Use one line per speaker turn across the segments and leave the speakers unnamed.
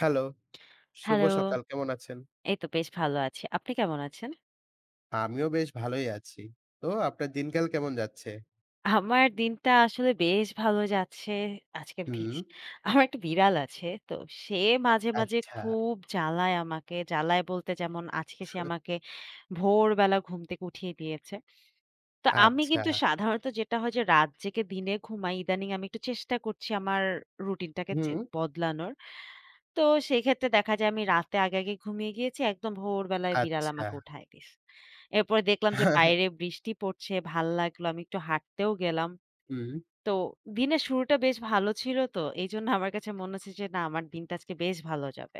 Hello, শুভ
hello,
সকাল। কেমন আছেন?
এই তো বেশ ভালো আছি। আপনি কেমন আছেন?
আমিও বেশ ভালোই আছি। তো আপনার দিনকাল কেমন যাচ্ছে?
আমার দিনটা আসলে বেশ ভালো যাচ্ছে। আজকে
হুম,
বেশ আমার একটা বিড়াল আছে। তো সে মাঝে, মাঝে
আচ্ছা,
খুব জ্বালায় আমাকে। জ্বালায় বলতে যেমন আজকে সে আমাকে ভোরবেলা ঘুম থেকে উঠিয়ে দিয়েছে। তো আমি
আচ্ছা,
কিন্তু সাধারণত যেটা হয় যে রাত জেগে দিনে ঘুমাই। ইদানিং আমি একটু চেষ্টা করছি আমার রুটিনটাকে
হুম,
বদলানোর। তো সেক্ষেত্রে দেখা যায় আমি রাতে আগে, আগে ঘুমিয়ে গিয়েছি। একদম ভোরবেলায় বিড়াল
আচ্ছা,
আমাকে উঠায় দিছে। এরপরে দেখলাম যে বাইরে বৃষ্টি পড়ছে, ভাল লাগলো। আমি একটু হাঁটতেও গেলাম।
হুম,
তো দিনের শুরুটা বেশ ভালো ছিল তো। এইজন্য আমার কাছে মনে হচ্ছে যে না আমার দিনটা আজকে বেশ ভালো যাবে।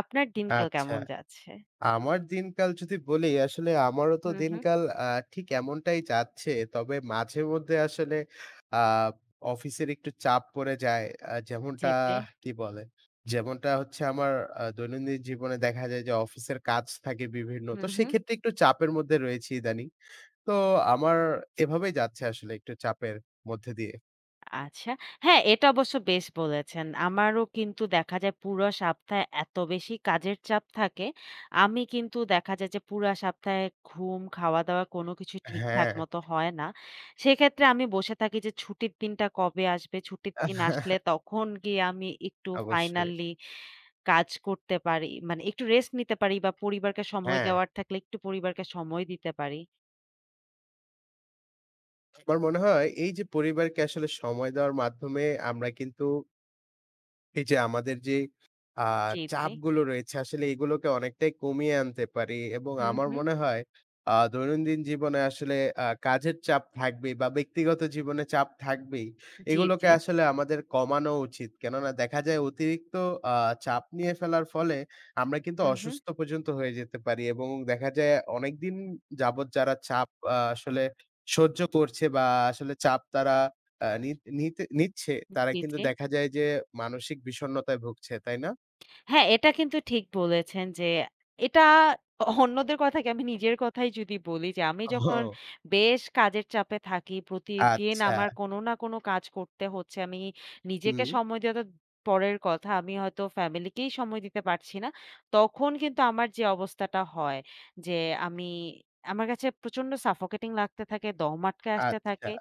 আপনার দিনকাল
আচ্ছা।
কেমন যাচ্ছে?
আমার দিনকাল যদি বলি, আসলে আমারও তো
হুম, হুম।
দিনকাল ঠিক এমনটাই যাচ্ছে। তবে মাঝে মধ্যে আসলে আ অফিসের একটু চাপ পড়ে যায়।
জি,
যেমনটা
জি।
কি বলে? যেমনটা হচ্ছে আমার দৈনন্দিন জীবনে দেখা যায় যে অফিসের কাজ থাকে বিভিন্ন।
হুম,
তো
হুম।
সেক্ষেত্রে একটু চাপের মধ্যে রয়েছি ইদানিং। তো আমার এভাবেই যাচ্ছে আসলে একটু চাপের মধ্যে দিয়ে।
আচ্ছা। হ্যাঁ, এটা অবশ্য বেশ বলেছেন। আমারও কিন্তু দেখা যায় পুরো সপ্তাহে এত বেশি কাজের চাপ থাকে, আমি কিন্তু দেখা যায় যে পুরা সপ্তাহে ঘুম, খাওয়া-দাওয়া কোনো কিছু ঠিকঠাক
হ্যাঁ।
মতো হয় না। সেক্ষেত্রে আমি বসে থাকি যে ছুটির দিনটা কবে আসবে? ছুটির দিন আসলে তখন গিয়ে আমি একটু
অবশ্যই।
ফাইনালি কাজ করতে পারি। মানে একটু রেস্ট নিতে পারি বা পরিবারকে সময়
হ্যাঁ,
দেওয়ার থাকলে একটু পরিবারকে সময় দিতে পারি।
আমার মনে হয় এই যে পরিবারকে আসলে সময় দেওয়ার মাধ্যমে আমরা কিন্তু এই যে আমাদের যে আ
জি, জি।
চাপগুলো রয়েছে আসলে এগুলোকে অনেকটাই কমিয়ে আনতে পারি এবং
হুম,
আমার
হুম।
মনে হয় দৈনন্দিন জীবনে আসলে কাজের চাপ থাকবেই বা ব্যক্তিগত জীবনে চাপ থাকবেই।
জি,
এগুলোকে
জি।
আসলে আমাদের কমানো উচিত। কেননা দেখা যায় অতিরিক্ত আ চাপ নিয়ে ফেলার ফলে আমরা কিন্তু
হুম, হুম।
অসুস্থ পর্যন্ত হয়ে যেতে পারি এবং দেখা যায় অনেকদিন যাবৎ যারা চাপ আসলে সহ্য করছে বা আসলে চাপ তারা আ নি নিতে নিচ্ছে তারা
জি,
কিন্তু
জি।
দেখা যায় যে মানসিক বিষণ্ণতায় ভুগছে, তাই না?
হ্যাঁ, এটা কিন্তু ঠিক বলেছেন যে এটা অন্যদের কথা কি, আমি নিজের কথাই যদি বলি যে আমি যখন
ও
বেশ কাজের চাপে থাকি, প্রতিদিন
আচ্ছা।
আমার কোনো না কোনো কাজ করতে হচ্ছে। আমি নিজেকে
হুম,
সময় দেওয়া তো পরের কথা, আমি হয়তো ফ্যামিলিকেই সময় দিতে পারছি না। তখন কিন্তু আমার যে অবস্থাটা হয় যে আমি আমার কাছে প্রচন্ড সাফোকেটিং লাগতে থাকে, দম আটকে আসতে
আচ্ছা।
থাকে।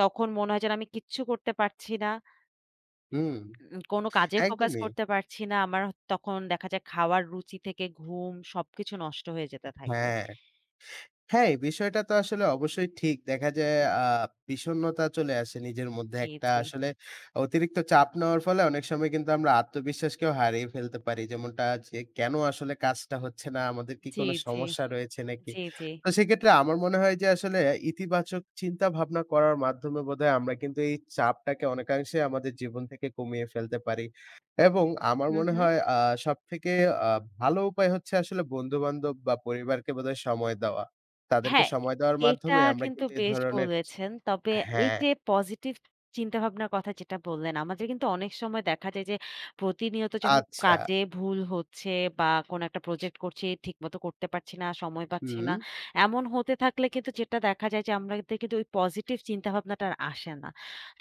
তখন মনে হয় যেন আমি কিচ্ছু করতে পারছি না।
হুম,
কোনো কাজে ফোকাস
একদমই।
করতে পারছি না। তখন দেখা যায় খাওয়ার রুচি থেকে ঘুম সবকিছু নষ্ট হয়ে যেতে থাকে।
হ্যাঁ। হ্যাঁ, এই বিষয়টা তো আসলে অবশ্যই ঠিক। দেখা যায় বিষণ্ণতা চলে আসে নিজের মধ্যে
জি,
একটা
জি।
আসলে অতিরিক্ত চাপ নেওয়ার ফলে অনেক সময় কিন্তু আমরা আত্মবিশ্বাসকেও হারিয়ে ফেলতে পারি। যেমনটা যে কেন আসলে কাজটা হচ্ছে না? আমাদের কি
জি,
কোনো
জি।
সমস্যা রয়েছে নাকি?
জি, জি।
তো সেক্ষেত্রে আমার মনে হয় যে আসলে ইতিবাচক চিন্তা ভাবনা করার মাধ্যমে বোধহয় আমরা কিন্তু এই চাপটাকে অনেকাংশে আমাদের জীবন থেকে কমিয়ে ফেলতে পারি। এবং আমার
হু,
মনে
হু।
হয় সবথেকে আ ভালো উপায় হচ্ছে আসলে বন্ধু-বান্ধব বা পরিবারকে বোধহয় সময় দেওয়া। তাদেরকে
হ্যাঁ,
সময় দেওয়ার
এটা
মাধ্যমে আমরা
কিন্তু
কিন্তু এ
বেশ
ধরনের
বলেছেন। তবে এই
হ্যাঁ,
যে পজিটিভ চিন্তাভাবনার কথা যেটা বললেন, আমাদের কিন্তু অনেক সময় দেখা যায় যে প্রতিনিয়ত যখন
আচ্ছা।
কাজে ভুল হচ্ছে বা কোনো একটা প্রজেক্ট করছি, ঠিকমতো করতে পারছি না, সময় পাচ্ছি
হুম,
না। এমন হতে থাকলে কিন্তু যেটা দেখা যায় যে আমাদের কিন্তু ওই পজিটিভ চিন্তাভাবনাটা আর আসে না।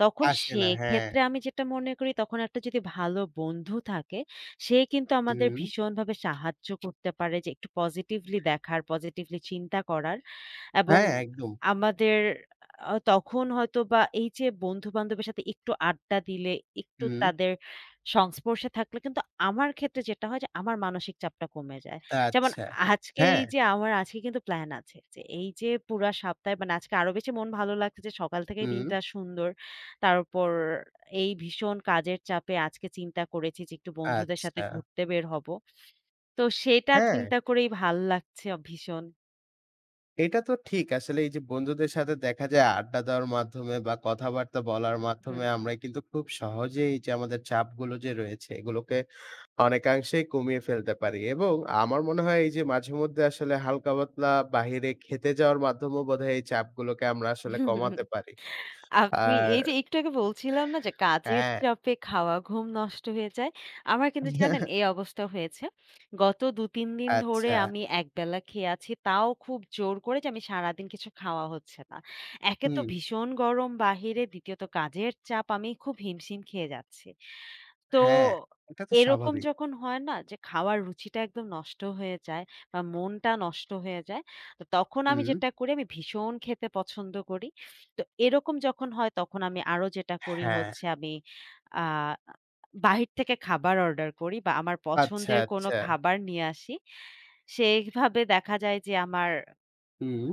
তখন
আসে না। হ্যাঁ,
সেক্ষেত্রে আমি যেটা মনে করি তখন একটা যদি ভালো বন্ধু থাকে, সে কিন্তু আমাদের
হুম।
ভীষণভাবে সাহায্য করতে পারে যে একটু পজিটিভলি দেখার, পজিটিভলি চিন্তা করার। এবং
হ্যাঁ, একদম।
আমাদের তখন হয়তোবা এই যে বন্ধু-বান্ধবের সাথে একটু আড্ডা দিলে, একটু
হুম,
তাদের সংস্পর্শে থাকলে কিন্তু আমার ক্ষেত্রে যেটা হয় যে আমার মানসিক চাপটা কমে যায়। যেমন
আচ্ছা।
আজকে
হ্যাঁ,
এই যে আমার আজকে কিন্তু প্ল্যান আছে যে এই যে পুরা সপ্তাহে মানে আজকে আরো বেশি মন ভালো লাগছে যে সকাল থেকেই
হুম,
দিনটা সুন্দর। তারপর এই ভীষণ কাজের চাপে আজকে চিন্তা করেছি যে একটু বন্ধুদের সাথে
আচ্ছা।
ঘুরতে বের হব। তো সেটা
হ্যাঁ,
চিন্তা করেই ভাল লাগছে ভীষণ।
এটা তো ঠিক। আসলে এই যে বন্ধুদের সাথে দেখা যায় আড্ডা দেওয়ার মাধ্যমে বা কথাবার্তা বলার মাধ্যমে
হুম,
আমরা কিন্তু খুব সহজেই যে আমাদের চাপগুলো যে রয়েছে এগুলোকে অনেকাংশেই কমিয়ে ফেলতে পারি এবং আমার মনে হয় এই যে মাঝে মধ্যে আসলে হালকা পাতলা বাহিরে খেতে যাওয়ার মাধ্যমেও বোধহয় এই চাপগুলোকে আমরা আসলে
হুম।
কমাতে পারি।
আপনি
আর
এই যে একটু আগে বলছিলাম না যে কাজের
হ্যাঁ,
চাপে খাওয়া ঘুম নষ্ট হয়ে যায়। আমার কিন্তু জানেন এই অবস্থা হয়েছে। গত ২-৩ দিন ধরে
আচ্ছা,
আমি একবেলা খেয়ে আছি। তাও খুব জোর করে যে আমি সারাদিন কিছু খাওয়া হচ্ছে না। একে তো
হুম,
ভীষণ গরম বাহিরে, দ্বিতীয়ত কাজের চাপ আমি খুব হিমশিম খেয়ে যাচ্ছি। তো
হ্যাঁ, এটা তো
এরকম
স্বাভাবিক।
যখন হয় না যে খাওয়ার রুচিটা একদম নষ্ট হয়ে যায় বা মনটা নষ্ট হয়ে যায়। তো তখন আমি
হুম,
যেটা করি আমি ভীষণ খেতে পছন্দ করি। তো এরকম যখন হয় তখন আমি আরো যেটা করি
হ্যাঁ,
হচ্ছে আমি আ বাহির থেকে খাবার অর্ডার করি বা আমার
আচ্ছা,
পছন্দের কোনো
আচ্ছা,
খাবার নিয়ে আসি। সেইভাবে দেখা যায় যে আমার
হুম,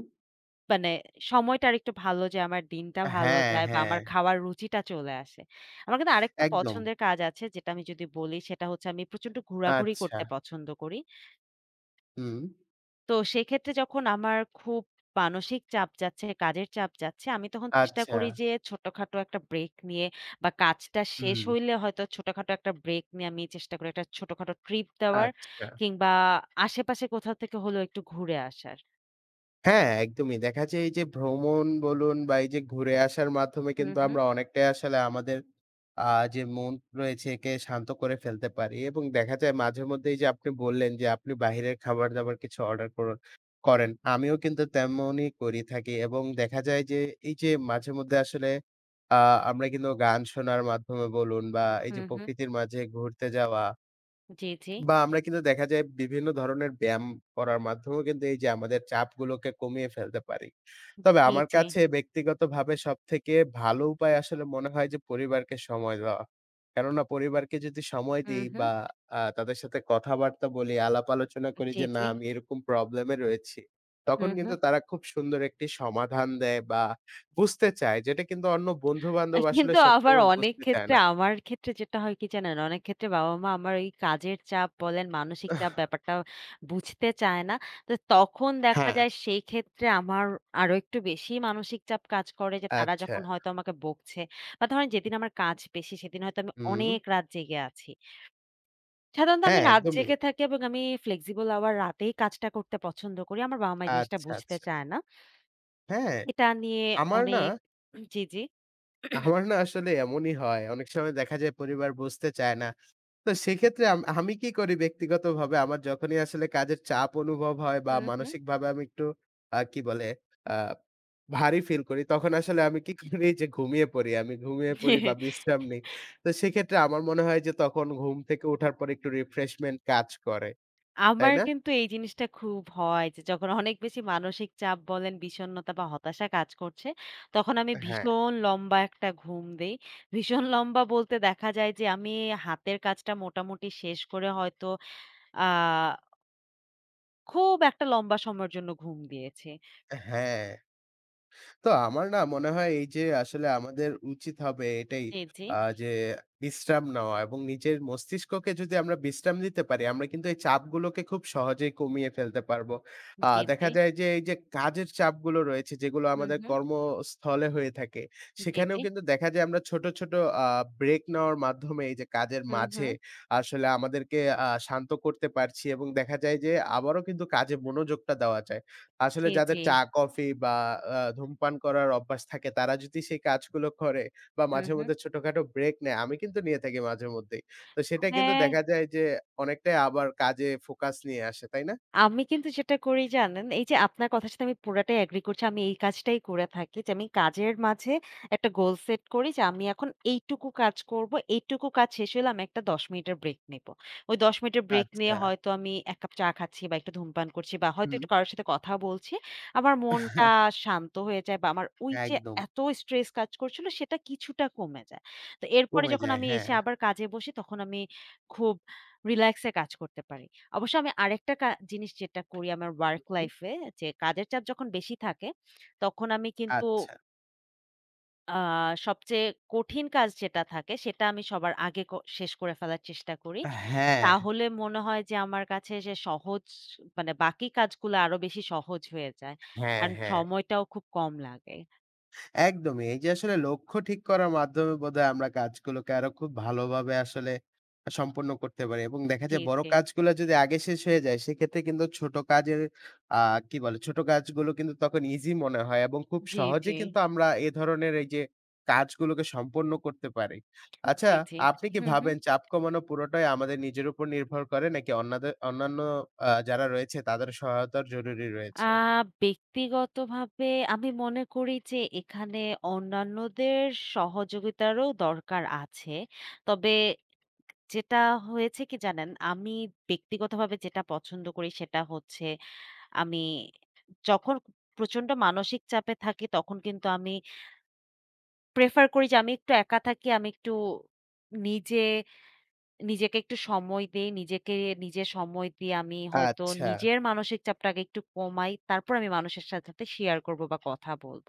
মানে সময়টা আরেকটু ভালো যে আমার দিনটা ভালো
হ্যাঁ,
যায় বা
হ্যাঁ,
আমার খাওয়ার রুচিটা চলে আসে। আমার কিন্তু আরেকটা
একদম।
পছন্দের কাজ আছে যেটা আমি যদি বলি সেটা হচ্ছে আমি প্রচন্ড ঘোরাঘুরি
আচ্ছা,
করতে পছন্দ করি।
হুম,
তো সেক্ষেত্রে যখন আমার খুব মানসিক চাপ যাচ্ছে, কাজের চাপ যাচ্ছে, আমি তখন চেষ্টা
আচ্ছা,
করি যে ছোটখাটো একটা ব্রেক নিয়ে বা কাজটা শেষ
হুম,
হইলে হয়তো ছোটখাটো একটা ব্রেক নিয়ে আমি চেষ্টা করি একটা ছোটখাটো ট্রিপ দেওয়ার
আচ্ছা।
কিংবা আশেপাশে কোথাও থেকে হলেও একটু ঘুরে আসার।
হ্যাঁ, একদমই। দেখা যায় এই যে ভ্রমণ বলুন বা এই যে ঘুরে আসার মাধ্যমে
হুম,
কিন্তু
হুম।
আমরা অনেকটাই আসলে আমাদের যে মন রয়েছে একে শান্ত করে ফেলতে পারি এবং দেখা যায় মাঝেমধ্যে এই যে আপনি বললেন যে আপনি বাহিরের খাবার-দাবার কিছু অর্ডার করেন। আমিও কিন্তু তেমনই করে থাকি এবং দেখা যায় যে এই যে মাঝেমধ্যে আসলে আ আমরা কিন্তু গান শোনার মাধ্যমে বলুন বা এই যে
হুম, হুম।
প্রকৃতির মাঝে ঘুরতে যাওয়া
জি, জি।
বা আমরা কিন্তু দেখা যায় বিভিন্ন ধরনের ব্যায়াম করার মাধ্যমেও কিন্তু এই যে আমাদের চাপগুলোকে কমিয়ে ফেলতে পারি। তবে
জি,
আমার
জি।
কাছে ব্যক্তিগতভাবে সবথেকে ভালো উপায় আসলে মনে হয় যে পরিবারকে সময় দেওয়া। কেননা পরিবারকে যদি সময়
হুম,
দেই
হুম।
বা তাদের সাথে কথাবার্তা বলি, আলাপ আলোচনা করি
জি,
যে না
জি।
আমি এরকম প্রবলেমে রয়েছি। তখন
হুম,
কিন্তু
হুম।
তারা খুব সুন্দর একটি সমাধান দেয় বা বুঝতে চায় যেটা কিন্তু অন্য বন্ধু-বান্ধব আসলে
কিন্তু আবার
সবসময়
অনেক
বুঝতে চায়
ক্ষেত্রে
না।
আমার ক্ষেত্রে যেটা হয় কি জানেন? অনেক ক্ষেত্রে বাবা-মা আমার এই কাজের চাপ বলেন, মানসিক চাপ ব্যাপারটা বুঝতে চায় না। তো তখন দেখা
হ্যাঁ,
যায় সেই ক্ষেত্রে আমার আরো একটু বেশি মানসিক চাপ কাজ করে যে তারা
আচ্ছা।
যখন হয়তো আমাকে বকছে বা ধরেন যেদিন আমার কাজ বেশি সেদিন হয়তো আমি
হুম।
অনেক রাত জেগে আছি। সাধারণত আমি
হ্যাঁ,
রাত
একদমই।
জেগে থাকি এবং আমি flexible hour রাতেই কাজটা করতে পছন্দ করি। আমার বাবা-মা এই জিনিসটা
আচ্ছা,
বুঝতে
আচ্ছা।
চায় না।
হ্যাঁ,
এটা নিয়ে
আমার না
অনেক জি, জি।
আমার না আসলে এমনই হয়। অনেক সময় দেখা যায় পরিবার বুঝতে চায় না। তো সেক্ষেত্রে আমি কি করি ব্যক্তিগতভাবে আমার যখনই আসলে কাজের চাপ অনুভব হয় বা
হুম,
মানসিকভাবে আমি একটু কি বলে আ ভারী ফিল করি তখন আসলে আমি কি করি যে ঘুমিয়ে পড়ি। আমি ঘুমিয়ে পড়ি বা
হুম।
বিশ্রাম নেই। তো সেক্ষেত্রে আমার মনে হয় যে তখন ঘুম থেকে ওঠার পর একটু রিফ্রেশমেন্ট কাজ করে। তাই
আমার
না?
কিন্তু এই জিনিসটা খুব হয় যে যখন অনেক বেশি মানসিক চাপ বলেন, বিষণ্ণতা বা হতাশা কাজ করছে, তখন আমি
হ্যাঁ,
ভীষণ লম্বা একটা ঘুম দেই। ভীষণ লম্বা বলতে দেখা যায় যে আমি হাতের কাজটা মোটামুটি শেষ করে হয়তো আ খুব একটা লম্বা সময়ের জন্য ঘুম দিয়েছি।
হ্যাঁ। তো আমার না মনে হয় এই যে আসলে আমাদের উচিত হবে এটাই
জি, জি,
যে বিশ্রাম নেওয়া এবং নিজের মস্তিষ্ককে যদি আমরা বিশ্রাম দিতে পারি, আমরা কিন্তু এই চাপগুলোকে খুব সহজেই কমিয়ে ফেলতে পারবো।
জি, জি।
দেখা যায় যে এই যে কাজের চাপগুলো রয়েছে যেগুলো
হু,
আমাদের
হু।
কর্মস্থলে হয়ে থাকে,
জি,
সেখানেও
জি।
কিন্তু দেখা যায় আমরা ছোট, ছোট আ ব্রেক নেওয়ার মাধ্যমে এই যে কাজের
হু, হু।
মাঝে আসলে আমাদেরকে শান্ত করতে পারছি এবং দেখা যায় যে আবারও কিন্তু কাজে মনোযোগটা দেওয়া যায়। আসলে
জি,
যাদের
জি।
চা, কফি বা ধূমপান করার অভ্যাস থাকে তারা যদি সেই কাজগুলো করে বা
হু,
মাঝে
হু।
মধ্যে ছোটখাটো ব্রেক নেয়, আমি কিন্তু নিয়ে থাকি মাঝে মধ্যেই। তো সেটা কিন্তু
হ্যাঁ।
দেখা যায় যে অনেকটাই আবার কাজে ফোকাস নিয়ে আসে, তাই না?
আমি কিন্তু যেটা করি জানেন, এই যে আপনার কথার সাথে আমি পুরাটাই এগ্রি করছি। আমি এই কাজটাই করে থাকি যে আমি কাজের মাঝে একটা গোল সেট করি যে আমি এখন এইটুকু কাজ করব। এইটুকু কাজ শেষ হলে আমি একটা ১০ মিনিটের ব্রেক নেব। ওই ১০ মিনিটের ব্রেক নিয়ে
আচ্ছা।
হয়তো আমি ১ কাপ চা খাচ্ছি বা একটু ধূমপান করছি বা হয়তো
হুম।
একটু কারো সাথে কথা বলছি। আমার মনটা শান্ত হয়ে যায় বা আমার ওই যে
একদম।
এত স্ট্রেস কাজ করছিল সেটা কিছুটা কমে যায়। তো এরপরে
কমে
যখন
যায়,
আমি
হ্যাঁ।
এসে আবার কাজে বসি তখন আমি খুব রিল্যাক্স এ কাজ করতে পারি। অবশ্য আমি আরেকটা জিনিস যেটা করি আমার ওয়ার্ক লাইফ এ যে কাজের চাপ যখন বেশি থাকে, তখন আমি কিন্তু
আচ্ছা।
আ সবচেয়ে কঠিন কাজ যেটা থাকে সেটা আমি সবার আগে শেষ করে ফেলার চেষ্টা করি।
হ্যাঁ।
তাহলে মনে হয় যে আমার কাছে যে সহজ মানে বাকি কাজগুলো আরো বেশি সহজ হয়ে যায়।
হ্যাঁ,
আর
হ্যাঁ।
সময়টাও খুব কম লাগে।
একদমই। এই যে আসলে লক্ষ্য ঠিক করার মাধ্যমে বোধহয় আমরা কাজগুলোকে আরো খুব ভালোভাবে আসলে সম্পন্ন করতে পারি এবং দেখা
জি,
যায় বড়
জি।
কাজগুলো যদি আগে শেষ হয়ে যায়, সেক্ষেত্রে কিন্তু ছোট কাজের আ কি বলে? ছোট কাজগুলো কিন্তু তখন ইজি মনে হয় এবং খুব
জি,
সহজেই
জি।
কিন্তু আমরা এ ধরনের এই যে কাজগুলোকে সম্পন্ন করতে পারি। আচ্ছা,
জি, জি।
আপনি কি
হু, হু।
ভাবেন চাপ কমানো পুরোটাই আমাদের নিজের উপর নির্ভর করে নাকি অন্যান্য যারা রয়েছে তাদের সহায়তার জরুরি
আ
রয়েছে?
ব্যক্তিগতভাবে আমি মনে করি যে এখানে অন্যান্যদের সহযোগিতারও দরকার আছে। তবে যেটা হয়েছে কি জানেন? আমি ব্যক্তিগতভাবে যেটা পছন্দ করি সেটা হচ্ছে আমি যখন প্রচন্ড মানসিক চাপে থাকি তখন কিন্তু আমি প্রেফার করি যে আমি একটু একা থাকি। আমি একটু নিজে নিজেকে একটু সময় দেই। নিজেকে নিজে সময় দিয়ে আমি হয়তো
আচ্ছা।
নিজের মানসিক চাপটা আগে একটু কমাই। তারপর আমি মানুষের সাথে, সাথে শেয়ার করব বা কথা বলব।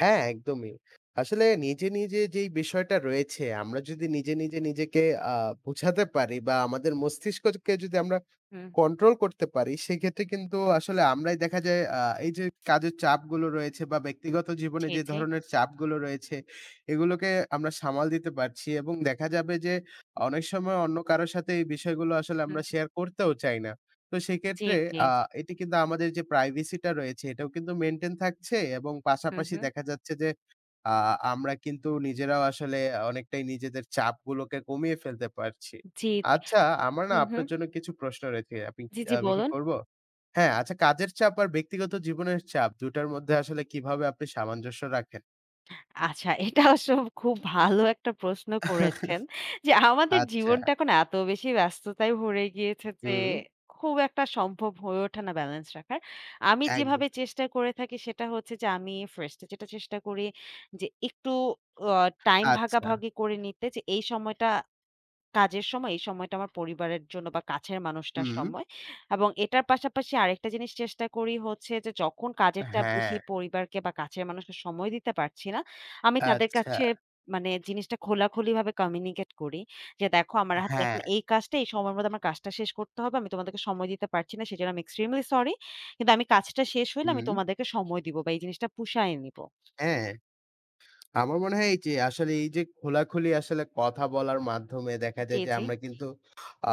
হ্যাঁ, একদমই। আসলে নিজে, নিজে যেই বিষয়টা রয়েছে আমরা যদি নিজে, নিজে নিজেকে আ বোঝাতে পারি বা আমাদের মস্তিষ্ককে যদি আমরা
হুম।
কন্ট্রোল করতে পারি, সেক্ষেত্রে কিন্তু আসলে আমরাই দেখা যায় এই যে কাজের চাপগুলো রয়েছে বা ব্যক্তিগত জীবনে
জি,
যে
জি।
ধরনের চাপগুলো রয়েছে, এগুলোকে আমরা সামাল দিতে পারছি এবং দেখা যাবে যে অনেক সময় অন্য কারো সাথে এই বিষয়গুলো আসলে
হুম।
আমরা শেয়ার করতেও চাই না। তো
জি,
সেক্ষেত্রে
জি।
আ এটি কিন্তু আমাদের যে প্রাইভেসিটা রয়েছে এটাও কিন্তু মেইনটেইন থাকছে এবং
হুম,
পাশাপাশি
হুম।
দেখা যাচ্ছে যে আ আমরা কিন্তু নিজেরাও আসলে অনেকটাই নিজেদের চাপগুলোকে কমিয়ে ফেলতে পারছি।
জি, জি।
আচ্ছা আমার না
হুম, হুম।
আপনার জন্য কিছু প্রশ্ন রয়েছে। আপনি
জি, জি
আমি কি
বলুন।
করব? হ্যাঁ, আচ্ছা কাজের চাপ আর ব্যক্তিগত জীবনের চাপ ২ টার মধ্যে আসলে কিভাবে আপনি সামঞ্জস্য রাখেন?
আচ্ছা, এটা অবশ্য খুব ভালো একটা প্রশ্ন করেছেন। যে আমাদের
আচ্ছা,
জীবনটা এখন এত বেশি ব্যস্ততায় ভরে গিয়েছে যে
হুম,
খুব একটা সম্ভব হয়ে ওঠে না ব্যালেন্স রাখার। আমি
একদম।
যেভাবে চেষ্টা করে থাকি সেটা হচ্ছে যে আমি ফার্স্ট এ যেটা চেষ্টা করি যে একটু আ টাইম
আচ্ছা,
ভাগাভাগি করে নিতে যে এই সময়টা কাজের সময় এই সময়টা আমার পরিবারের জন্য বা কাছের মানুষটার
হুম,
সময় এবং এটার পাশাপাশি আরেকটা জিনিস চেষ্টা করি হচ্ছে যে যখন কাজের চাপ
হ্যাঁ,
বেশি পরিবারকে বা কাছের মানুষকে সময় দিতে পারছি না, আমি তাদের
আচ্ছা,
কাছে জিনিসটা খোলাখুলিভাবে কমিউনিকেট করি। যে দেখো আমার হাতে
হ্যাঁ,
এখন এই কাজটা এই সময়ের মধ্যে আমার কাজটা শেষ করতে হবে। আমি তোমাদেরকে সময় দিতে পারছি না। সেজন্য আমি এক্সট্রিমলি সরি। কিন্তু আমি কাজটা শেষ হইলে আমি
হুম,
তোমাদেরকে সময় দিব বা এই জিনিসটা পুষায় নিব।
হ্যাঁ। আমার মনে হয় এই যে আসলে এই যে খোলাখুলি আসলে কথা বলার মাধ্যমে দেখা যায়
জি,
যে
জি।
আমরা কিন্তু আ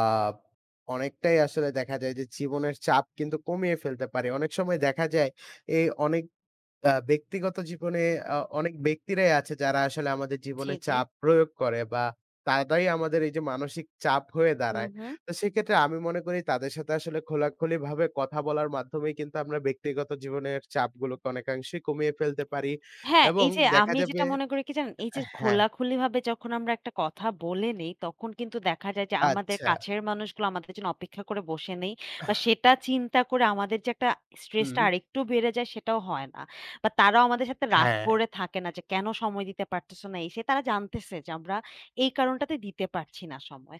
অনেকটাই আসলে দেখা যায় যে জীবনের চাপ কিন্তু কমিয়ে ফেলতে পারি। অনেক সময় দেখা যায় এই অনেক ব্যক্তিগত জীবনে অনেক ব্যক্তিরাই আছে যারা আসলে আমাদের
জি,
জীবনে
জি।
চাপ প্রয়োগ করে বা তারাই আমাদের এই যে মানসিক চাপ হয়ে
হু,
দাঁড়ায়।
হু।
তো সেক্ষেত্রে আমি মনে করি তাদের সাথে আসলে খোলাখুলিভাবে কথা বলার মাধ্যমেই কিন্তু আমরা ব্যক্তিগত জীবনের চাপগুলোকে অনেকাংশেই কমিয়ে ফেলতে পারি
হ্যাঁ,
এবং
এই যে
দেখা
আমি
যাবে
যেটা মনে করি কি জানেন? এই যে
হ্যাঁ,
খোলাখুলিভাবে যখন আমরা একটা কথা বলে নেই, তখন কিন্তু দেখা যায় যে আমাদের
আচ্ছা।
কাছের মানুষগুলো আমাদের জন্য অপেক্ষা করে বসে নেই বা সেটা চিন্তা করে আমাদের যে একটা
হুম।
স্ট্রেসটা আরেকটু বেড়ে যায় সেটাও হয় না। বা তারাও আমাদের সাথে রাগ
হ্যাঁ,
করে থাকে না যে কেন সময় দিতে পারতেছ না? এই সে তারা জানতেছে যে আমরা এই কারণটাতে দিতে পারছি না সময়।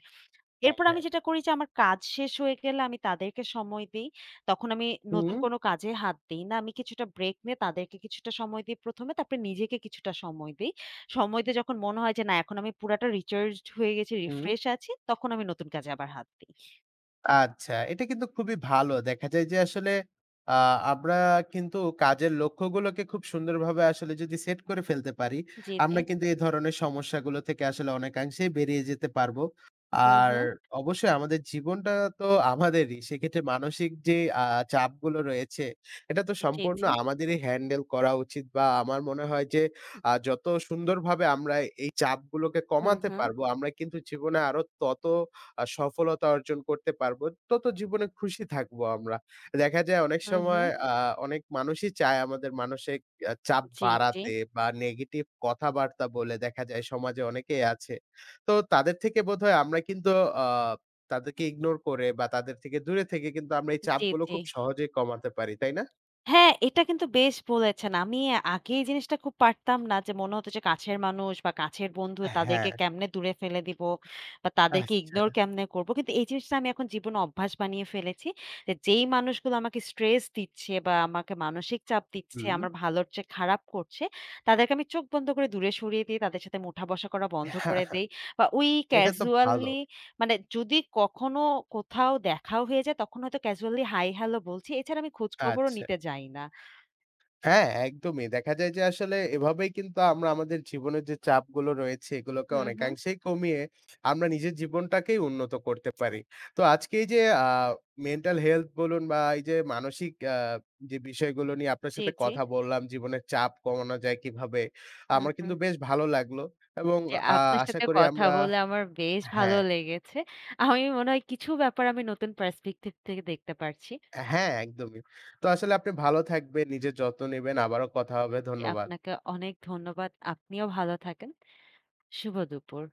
হ্যাঁ,
এরপর আমি
হ্যাঁ।
যেটা করি যে আমার কাজ শেষ হয়ে গেলে আমি তাদেরকে সময় দেই। তখন আমি
হুম,
নতুন কোনো কাজে হাত দেই না। আমি কিছুটা ব্রেক নিয়ে তাদেরকে কিছুটা সময় দিই ১ম এ, তারপরে নিজেকে কিছুটা সময় দেই। সময় দিয়ে যখন মনে হয় যে না এখন আমি পুরাটা রিচার্জড হয়ে গেছি,
হুম।
রিফ্রেশ আছি, তখন আমি নতুন কাজে আবার হাত দিই।
আচ্ছা, এটা কিন্তু খুবই ভালো। দেখা যায় যে আসলে আ আমরা কিন্তু কাজের লক্ষ্যগুলোকে খুব সুন্দরভাবে আসলে যদি সেট করে ফেলতে পারি,
জি, জি।
আমরা কিন্তু এই ধরনের সমস্যাগুলো থেকে আসলে অনেকাংশেই বেরিয়ে যেতে পারবো।
হু,
আর
হু।
অবশ্যই আমাদের জীবনটা তো আমাদেরই। সেক্ষেত্রে মানসিক যে চাপগুলো রয়েছে, এটা তো
জি,
সম্পূর্ণ
জি।
আমাদেরই হ্যান্ডেল করা উচিত বা আমার মনে হয় যে যত সুন্দরভাবে আমরা এই চাপগুলোকে
হু,
কমাতে
হু।
পারবো, আমরা কিন্তু জীবনে আরো তত সফলতা অর্জন করতে পারবো, তত জীবনে খুশি থাকবো আমরা। দেখা যায় অনেক
হু, হু।
সময় অনেক মানুষই চায় আমাদের মানসিক চাপ
জি, জি।
বাড়াতে বা নেগেটিভ কথাবার্তা বলে দেখা যায় সমাজে অনেকেই আছে। তো তাদের থেকে বোধহয় আমরা কিন্তু আ তাদেরকে ইগনোর করে বা তাদের থেকে দূরে থেকে কিন্তু আমরা এই
জি,
চাপগুলো
জি।
খুব সহজেই কমাতে পারি, তাই না?
হ্যাঁ, এটা কিন্তু বেশ বলেছেন। আমি আগে এই জিনিসটা খুব পারতাম না যে মনে হতো যে কাছের মানুষ বা কাছের বন্ধু
হ্যাঁ,
তাদেরকে কেমনে দূরে ফেলে দিব বা তাদেরকে
আচ্ছা।
ইগনোর কেমনে করব। কিন্তু এই জিনিসটা আমি এখন জীবনে অভ্যাস বানিয়ে ফেলেছি। যে যেই মানুষগুলো আমাকে স্ট্রেস দিচ্ছে বা আমাকে মানসিক চাপ দিচ্ছে,
হুম।
আমার ভালোর চেয়ে খারাপ করছে, তাদেরকে আমি চোখ বন্ধ করে দূরে সরিয়ে দিই। তাদের সাথে উঠা বসা করা বন্ধ
হ্যাঁ,
করে
হ্যাঁ,
দেই। বা ওই
এটা তো ভালো।
ক্যাজুয়ালি যদি কখনো কোথাও দেখাও হয়ে যায় তখন হয়তো ক্যাজুয়ালি হাই হ্যালো বলছি। এছাড়া আমি খোঁজখবরও
আচ্ছা।
নিতে যাই না।
হ্যাঁ, একদমই। দেখা যায় যে আসলে এভাবেই কিন্তু আমরা আমাদের জীবনের যে চাপগুলো রয়েছে এগুলোকে
হুম, হুম।
অনেকাংশেই কমিয়ে আমরা নিজের জীবনটাকেই উন্নত করতে পারি। তো আজকে এই যে আ মেন্টাল হেলথ বলুন বা এই যে মানসিক যে বিষয়গুলো নিয়ে আপনার
জি,
সাথে
জি।
কথা বললাম, জীবনের চাপ কমানো যায় কিভাবে?
হুম,
আমার কিন্তু
হুম।
বেশ ভালো লাগলো এবং
জি,
আ
আপনার
আশা
সাথে
করি
কথা
আমরা
বলে আমার বেশ ভালো
হ্যাঁ,
লেগেছে। আমি মনে হয় কিছু ব্যাপার আমি নতুন পার্সপেক্টিভ থেকে দেখতে পারছি।
হ্যাঁ একদমই। তো আসলে আপনি ভালো থাকবেন, নিজের যত্ন নিবেন। আবারও কথা হবে। ধন্যবাদ।
আপনাকে অনেক ধন্যবাদ। আপনিও ভালো থাকেন। শুভ দুপুর।